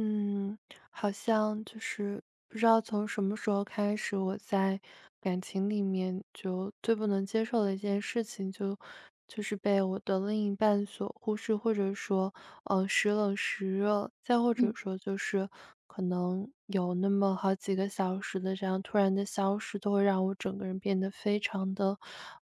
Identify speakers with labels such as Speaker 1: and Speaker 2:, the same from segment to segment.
Speaker 1: 嗯，好像就是不知道从什么时候开始，我在感情里面就最不能接受的一件事情就是被我的另一半所忽视，或者说，时冷时热，再或者
Speaker 2: 嗯
Speaker 1: 说就是可能有那么好几个小时的这样突然的消失，都会让我整个人变得非常的，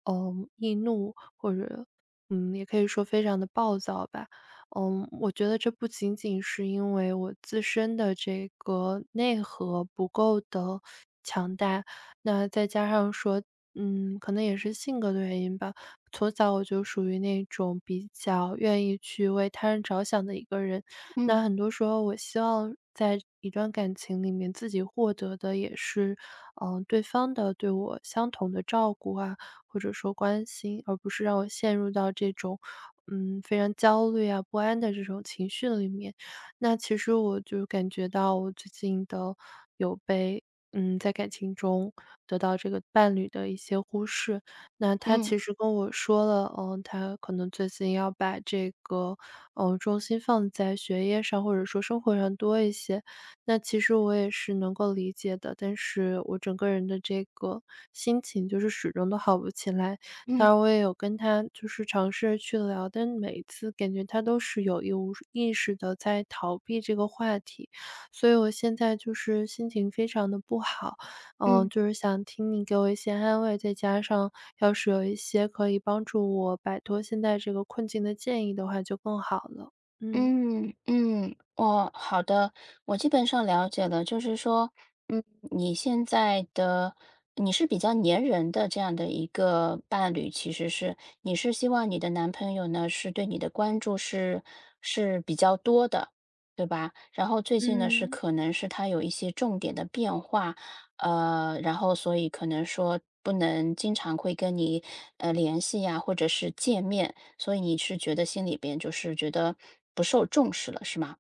Speaker 1: 易怒，或者也可以说非常的暴躁吧。我觉得这不仅仅是因为我自身的这个内核不够的强大，那再加上说，可能也是性格的原因吧。从小我就属于那种比较愿意去为他人着想的一个人，
Speaker 2: 嗯
Speaker 1: 那很多时候我希望在一段感情里面，自己获得的也是，对方的对我相同的照顾啊，或者说关心，而不是让我陷入到这种，非常焦虑啊、不安的这种情绪里面。那其实我就感觉到我最近的有被嗯，在感情中得到这个伴侣的一些忽视，那他
Speaker 2: 嗯
Speaker 1: 其实跟我说了，他可能最近要把这个，重心放在学业上，或者说生活上多一些。那其实我也是能够理解的，但是我整个人的这个心情就是始终都好不起来。当
Speaker 2: 嗯
Speaker 1: 然，我也有跟他就是尝试去聊，但每一次感觉他都是有意无意识的在逃避这个话题，所以我现在就是心情非常的不好。
Speaker 2: 嗯
Speaker 1: 就是想听你给我一些安慰，再加上要是有一些可以帮助我摆脱现在这个困境的建议的话，就更好了。嗯。
Speaker 2: 嗯嗯，我好的，我基本上了解了。就是说，嗯，你现在的你是比较粘人的这样的一个伴侣，其实是你是希望你的男朋友呢是对你的关注是比较多的，对吧？然后最近呢是
Speaker 1: 嗯，
Speaker 2: 可能是他有一些重点的变化，然后所以可能说不能经常会跟你联系呀，或者是见面。所以你是觉得心里边就是觉得不受重视了，是吗？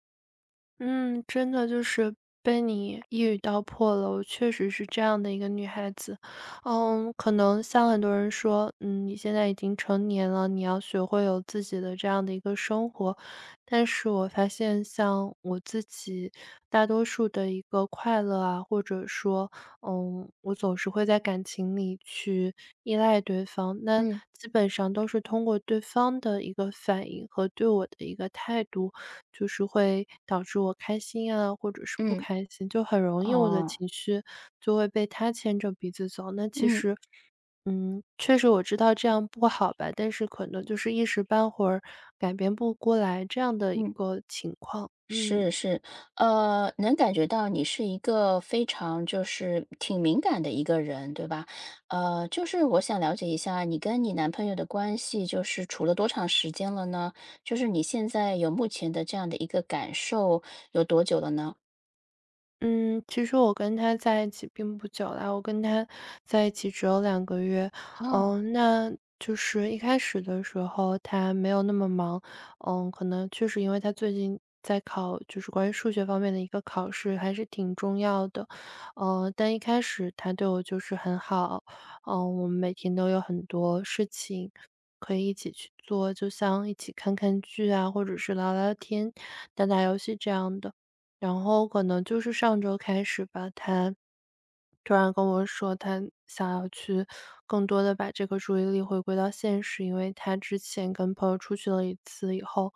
Speaker 1: 嗯，真的就是被你一语道破了。我确实是这样的一个女孩子，可能像很多人说，你现在已经成年了，你要学会有自己的这样的一个生活。但是我发现，像我自己大多数的一个快乐啊，或者说，我总是会在感情里去依赖对方，那
Speaker 2: 嗯
Speaker 1: 基本上都是通过对方的一个反应和对我的一个态度。就是会导致我开心啊，或者是不
Speaker 2: 嗯，
Speaker 1: 开心，就很容易我的
Speaker 2: 哦，
Speaker 1: 情绪就会被他牵着鼻子走。那其
Speaker 2: 嗯
Speaker 1: 实，确实我知道这样不好吧，但是可能就是一时半会儿改变不过来这样的一
Speaker 2: 嗯，
Speaker 1: 个情况。嗯。
Speaker 2: 是是，能感觉到你是一个非常就是挺敏感的一个人，对吧？就是我想了解一下，你跟你男朋友的关系就是处了多长时间了呢？就是你现在有目前的这样的一个感受有多久了呢？
Speaker 1: 嗯，其实我跟他在一起并不久啦，我跟他在一起只有2个月。
Speaker 2: 哦，
Speaker 1: 那就是一开始的时候他没有那么忙，可能确实因为他最近在考就是关于数学方面的一个考试，还是挺重要的。但一开始他对我就是很好，我们每天都有很多事情可以一起去做，就像一起看看剧啊，或者是聊聊天、打打游戏这样的。然后可能就是上周开始吧，他突然跟我说，他想要去更多的把这个注意力回归到现实，因为他之前跟朋友出去了一次以后，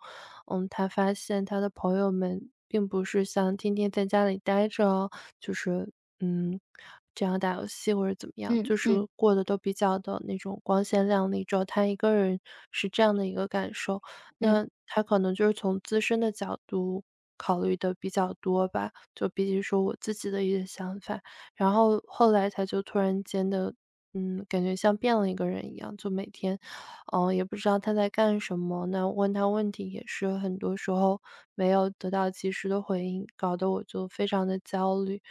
Speaker 1: 他发现他的朋友们并不是像天天在家里待着哦，就是嗯，这样打游戏或者怎么样，
Speaker 2: 嗯
Speaker 1: 就是
Speaker 2: 嗯
Speaker 1: 过得都比较的那种光鲜亮丽，只有他一个人是这样的一个感受。
Speaker 2: 嗯。
Speaker 1: 那他可能就是从自身的角度考虑的比较多吧，就比起说我自己的一些想法。然后后来他就突然间的，感觉像变了一个人一样，就每天，也不知道他在干什么，那问他问题也是很多时候没有得到及时的回应，搞得我就非常的焦虑，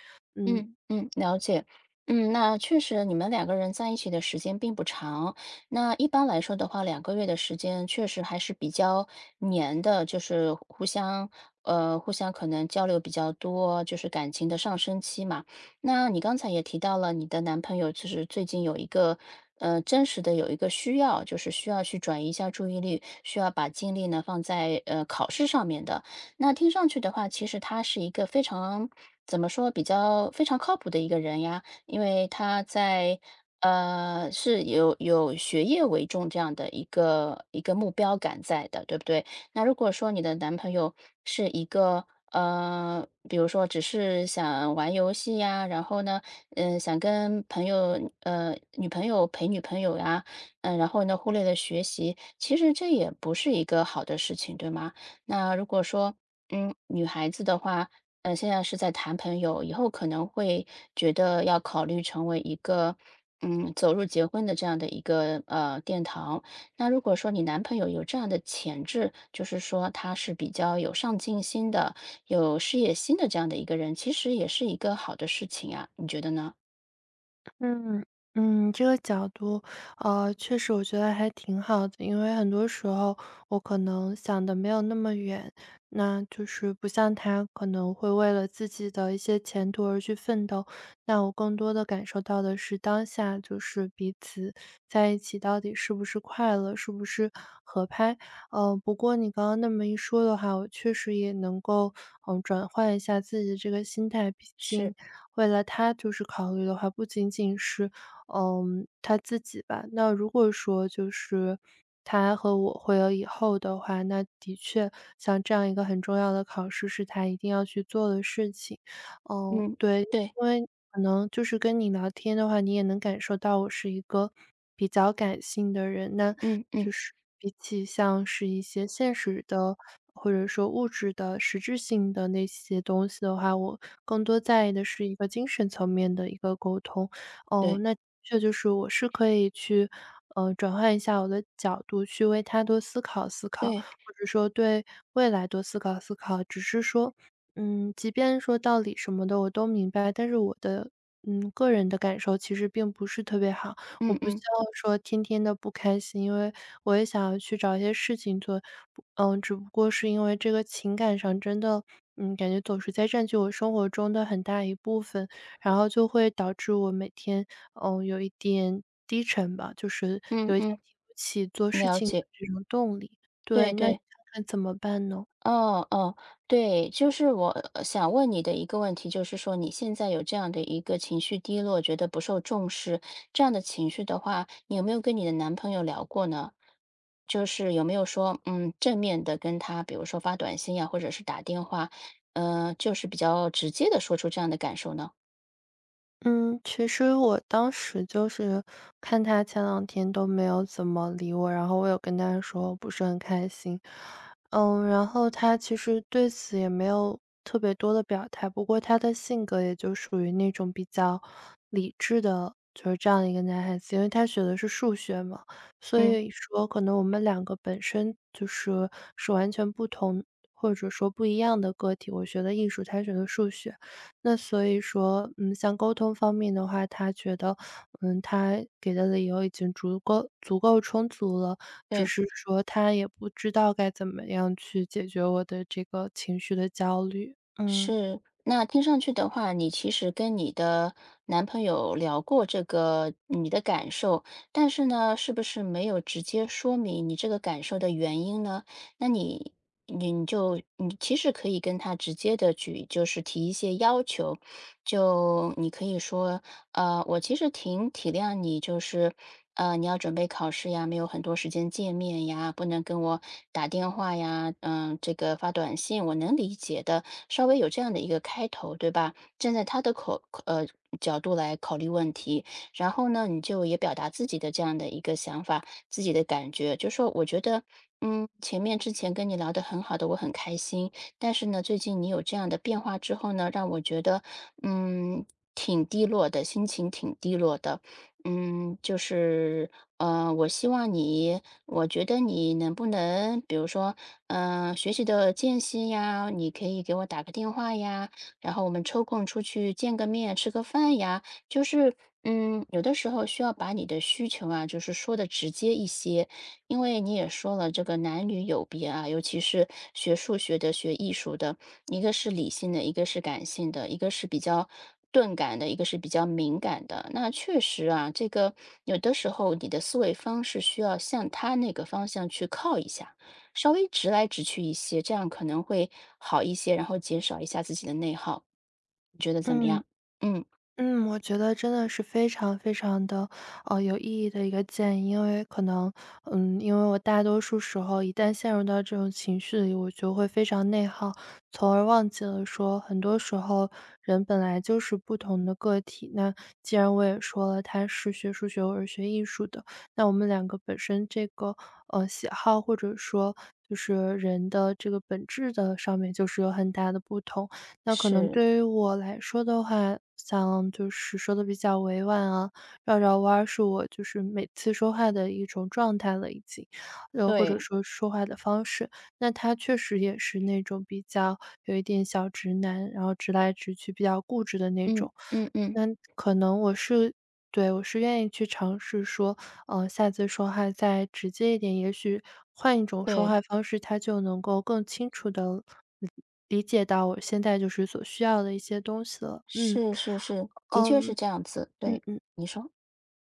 Speaker 2: 嗯
Speaker 1: 嗯。
Speaker 2: 嗯，了解。嗯，那确实你们两个人在一起的时间并不长。那一般来说的话，两个月的时间确实还是比较黏的，就是互相可能交流比较多，就是感情的上升期嘛。那你刚才也提到了，你的男朋友就是最近有一个真实的有一个需要，就是需要去转移一下注意力，需要把精力呢放在考试上面的。那听上去的话，其实他是一个非常怎么说，比较非常靠谱的一个人呀，因为他在是有学业为重这样的一个目标感在的，对不对？那如果说你的男朋友是一个比如说只是想玩游戏呀，然后呢，嗯、想跟朋友呃女朋友陪女朋友呀，嗯、然后呢忽略了学习，其实这也不是一个好的事情，对吗？那如果说嗯，女孩子的话，呃，现在是在谈朋友，以后可能会觉得要考虑成为一个，嗯，走入结婚的这样的一个殿堂。那如果说你男朋友有这样的潜质，就是说他是比较有上进心的、有事业心的这样的一个人，其实也是一个好的事情啊，你觉得呢？
Speaker 1: 嗯这个角度，确实我觉得还挺好的，因为很多时候我可能想的没有那么远，那就是不像他可能会为了自己的一些前途而去奋斗，那我更多的感受到的是当下，就是彼此在一起到底是不是快乐，是不是合拍。不过你刚刚那么一说的话，我确实也能够转换一下自己的这个心态，毕
Speaker 2: 是，
Speaker 1: 竟。为了他就是考虑的话，不仅仅是，他自己吧。那如果说就是他和我会有以后的话，那的确像这样一个很重要的考试是他一定要去做的事情。
Speaker 2: 嗯，
Speaker 1: 对，因
Speaker 2: 对，
Speaker 1: 为可能就是跟你聊天的话，你也能感受到我是一个比较感性的人。那
Speaker 2: 嗯嗯，
Speaker 1: 就是比起像是一些现实的，或者说物质的、实质性的那些东西的话，我更多在意的是一个精神层面的一个沟通。哦，
Speaker 2: 对
Speaker 1: 那这就是我是可以去，转换一下我的角度，去为他多思考思考，
Speaker 2: 对，
Speaker 1: 或者说对未来多思考思考。只是说即便说道理什么的我都明白，但是我的，个人的感受其实并不是特别好。我
Speaker 2: 嗯
Speaker 1: 不希
Speaker 2: 嗯
Speaker 1: 望说天天的不开心，因为我也想要去找一些事情做，不嗯，只不过是因为这个情感上真的，感觉总是在占据我生活中的很大一部分，然后就会导致我每天，有一点低沉吧，就是
Speaker 2: 嗯
Speaker 1: 有一点
Speaker 2: 嗯，
Speaker 1: 提不起做事
Speaker 2: 了
Speaker 1: 情的
Speaker 2: 解，
Speaker 1: 这种动力。对，
Speaker 2: 对
Speaker 1: 那你
Speaker 2: 对。
Speaker 1: 看看怎么办呢？
Speaker 2: 哦哦，对，就是我想问你的一个问题，就是说你现在有这样的一个情绪低落，觉得不受重视，这样的情绪的话，你有没有跟你的男朋友聊过呢？就是有没有说，嗯，正面的跟他，比如说发短信呀，或者是打电话，就是比较直接的说出这样的感受呢？
Speaker 1: 嗯，其实我当时就是看他前两天都没有怎么理我，然后我有跟他说我不是很开心，然后他其实对此也没有特别多的表态，不过他的性格也就属于那种比较理智的，就是这样的一个男孩子，因为他学的是数学嘛，所
Speaker 2: 嗯，
Speaker 1: 以说可能我们两个本身就是完全不同。或者说不一样的个体，我学的艺术，他学的数学，那所以说，像沟通方面的话，他觉得，他给的理由已经足够足够充足了，只
Speaker 2: 对。
Speaker 1: 是说他也不知道该怎么样去解决我的这个情绪的焦虑。嗯。
Speaker 2: 是，那听上去的话，你其实跟你的男朋友聊过这个你的感受，但是呢，是不是没有直接说明你这个感受的原因呢？那你其实可以跟他直接的举，就是提一些要求，就你可以说，我其实挺体谅你，就是你要准备考试呀，没有很多时间见面呀，不能跟我打电话呀，嗯，这个发短信，我能理解的，稍微有这样的一个开头，对吧？站在他的角度来考虑问题，然后呢，你就也表达自己的这样的一个想法，自己的感觉，就说我觉得。嗯，前面之前跟你聊得很好的，我很开心。但是呢，最近你有这样的变化之后呢，让我觉得，嗯，挺低落的，心情挺低落的。嗯，就是，我希望你，我觉得你能不能，比如说，嗯、学习的间隙呀，你可以给我打个电话呀，然后我们抽空出去见个面，吃个饭呀，就是，嗯，有的时候需要把你的需求啊，就是说的直接一些，因为你也说了，这个男女有别啊，尤其是学数学的、学艺术的，一个是理性的，一个是感性的，一个是比较钝感的，一个是比较敏感的。那确实啊，这个有的时候你的思维方式需要向他那个方向去靠一下，稍微直来直去一些，这样可能会好一些，然后减少一下自己的内耗。你觉得怎么
Speaker 1: 嗯。
Speaker 2: 样？嗯，
Speaker 1: 我觉得真的是非常非常的，有意义的一个建议。因为可能，因为我大多数时候一旦陷入到这种情绪里，我就会非常内耗，从而忘记了说很多时候人本来就是不同的个体。那既然我也说了，他是学数学，我是学艺术的，那我们两个本身这个，喜好或者说就是人的这个本质的上面就是有很大的不同。那可能
Speaker 2: 是，
Speaker 1: 对于我来说的话，像就是说的比较委婉啊，绕绕弯儿是我就是每次说话的一种状态了已经，或者
Speaker 2: 对，
Speaker 1: 说说话的方式。那他确实也是那种比较有一点小直男，然后直来直去、比较固执的那
Speaker 2: 嗯
Speaker 1: 种。
Speaker 2: 嗯嗯，
Speaker 1: 那可能我是对，我是愿意去尝试说，下次说话再直接一点，也许换一种说
Speaker 2: 对。
Speaker 1: 话方式，他就能够更清楚的。理解到我现在就是所需要的一些东西了。嗯，
Speaker 2: 是是是，的确
Speaker 1: 嗯，
Speaker 2: 是这样子，对，
Speaker 1: 嗯嗯。
Speaker 2: 你说。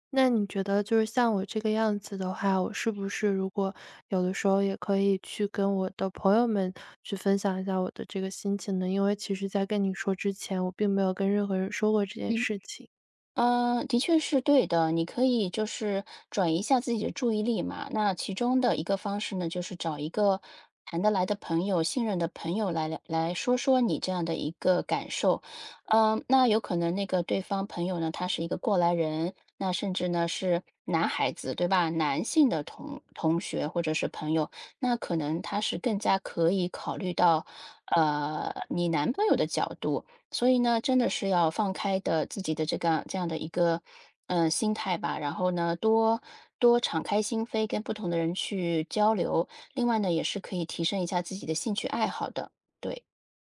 Speaker 1: 那你觉得就是像我这个样子的话，我是不是如果有的时候也可以去跟我的朋友们去分享一下我的这个心情呢？因为其实在跟你说之前，我并没有跟任何人说过这件
Speaker 2: 嗯。
Speaker 1: 事情。
Speaker 2: 嗯，的确是对的。你可以就是转移一下自己的注意力嘛。那其中的一个方式呢，就是找一个谈得来的朋友、信任的朋友来说说你这样的一个感受。嗯、那有可能那个对方朋友呢，他是一个过来人，那甚至呢是男孩子，对吧？男性的同学或者是朋友，那可能他是更加可以考虑到你男朋友的角度。所以呢，真的是要放开的自己的这个这样的一个，心态吧。然后呢，多敞开心扉，跟不同的人去交流。另外呢，也是可以提升一下自己的兴趣爱好的，对。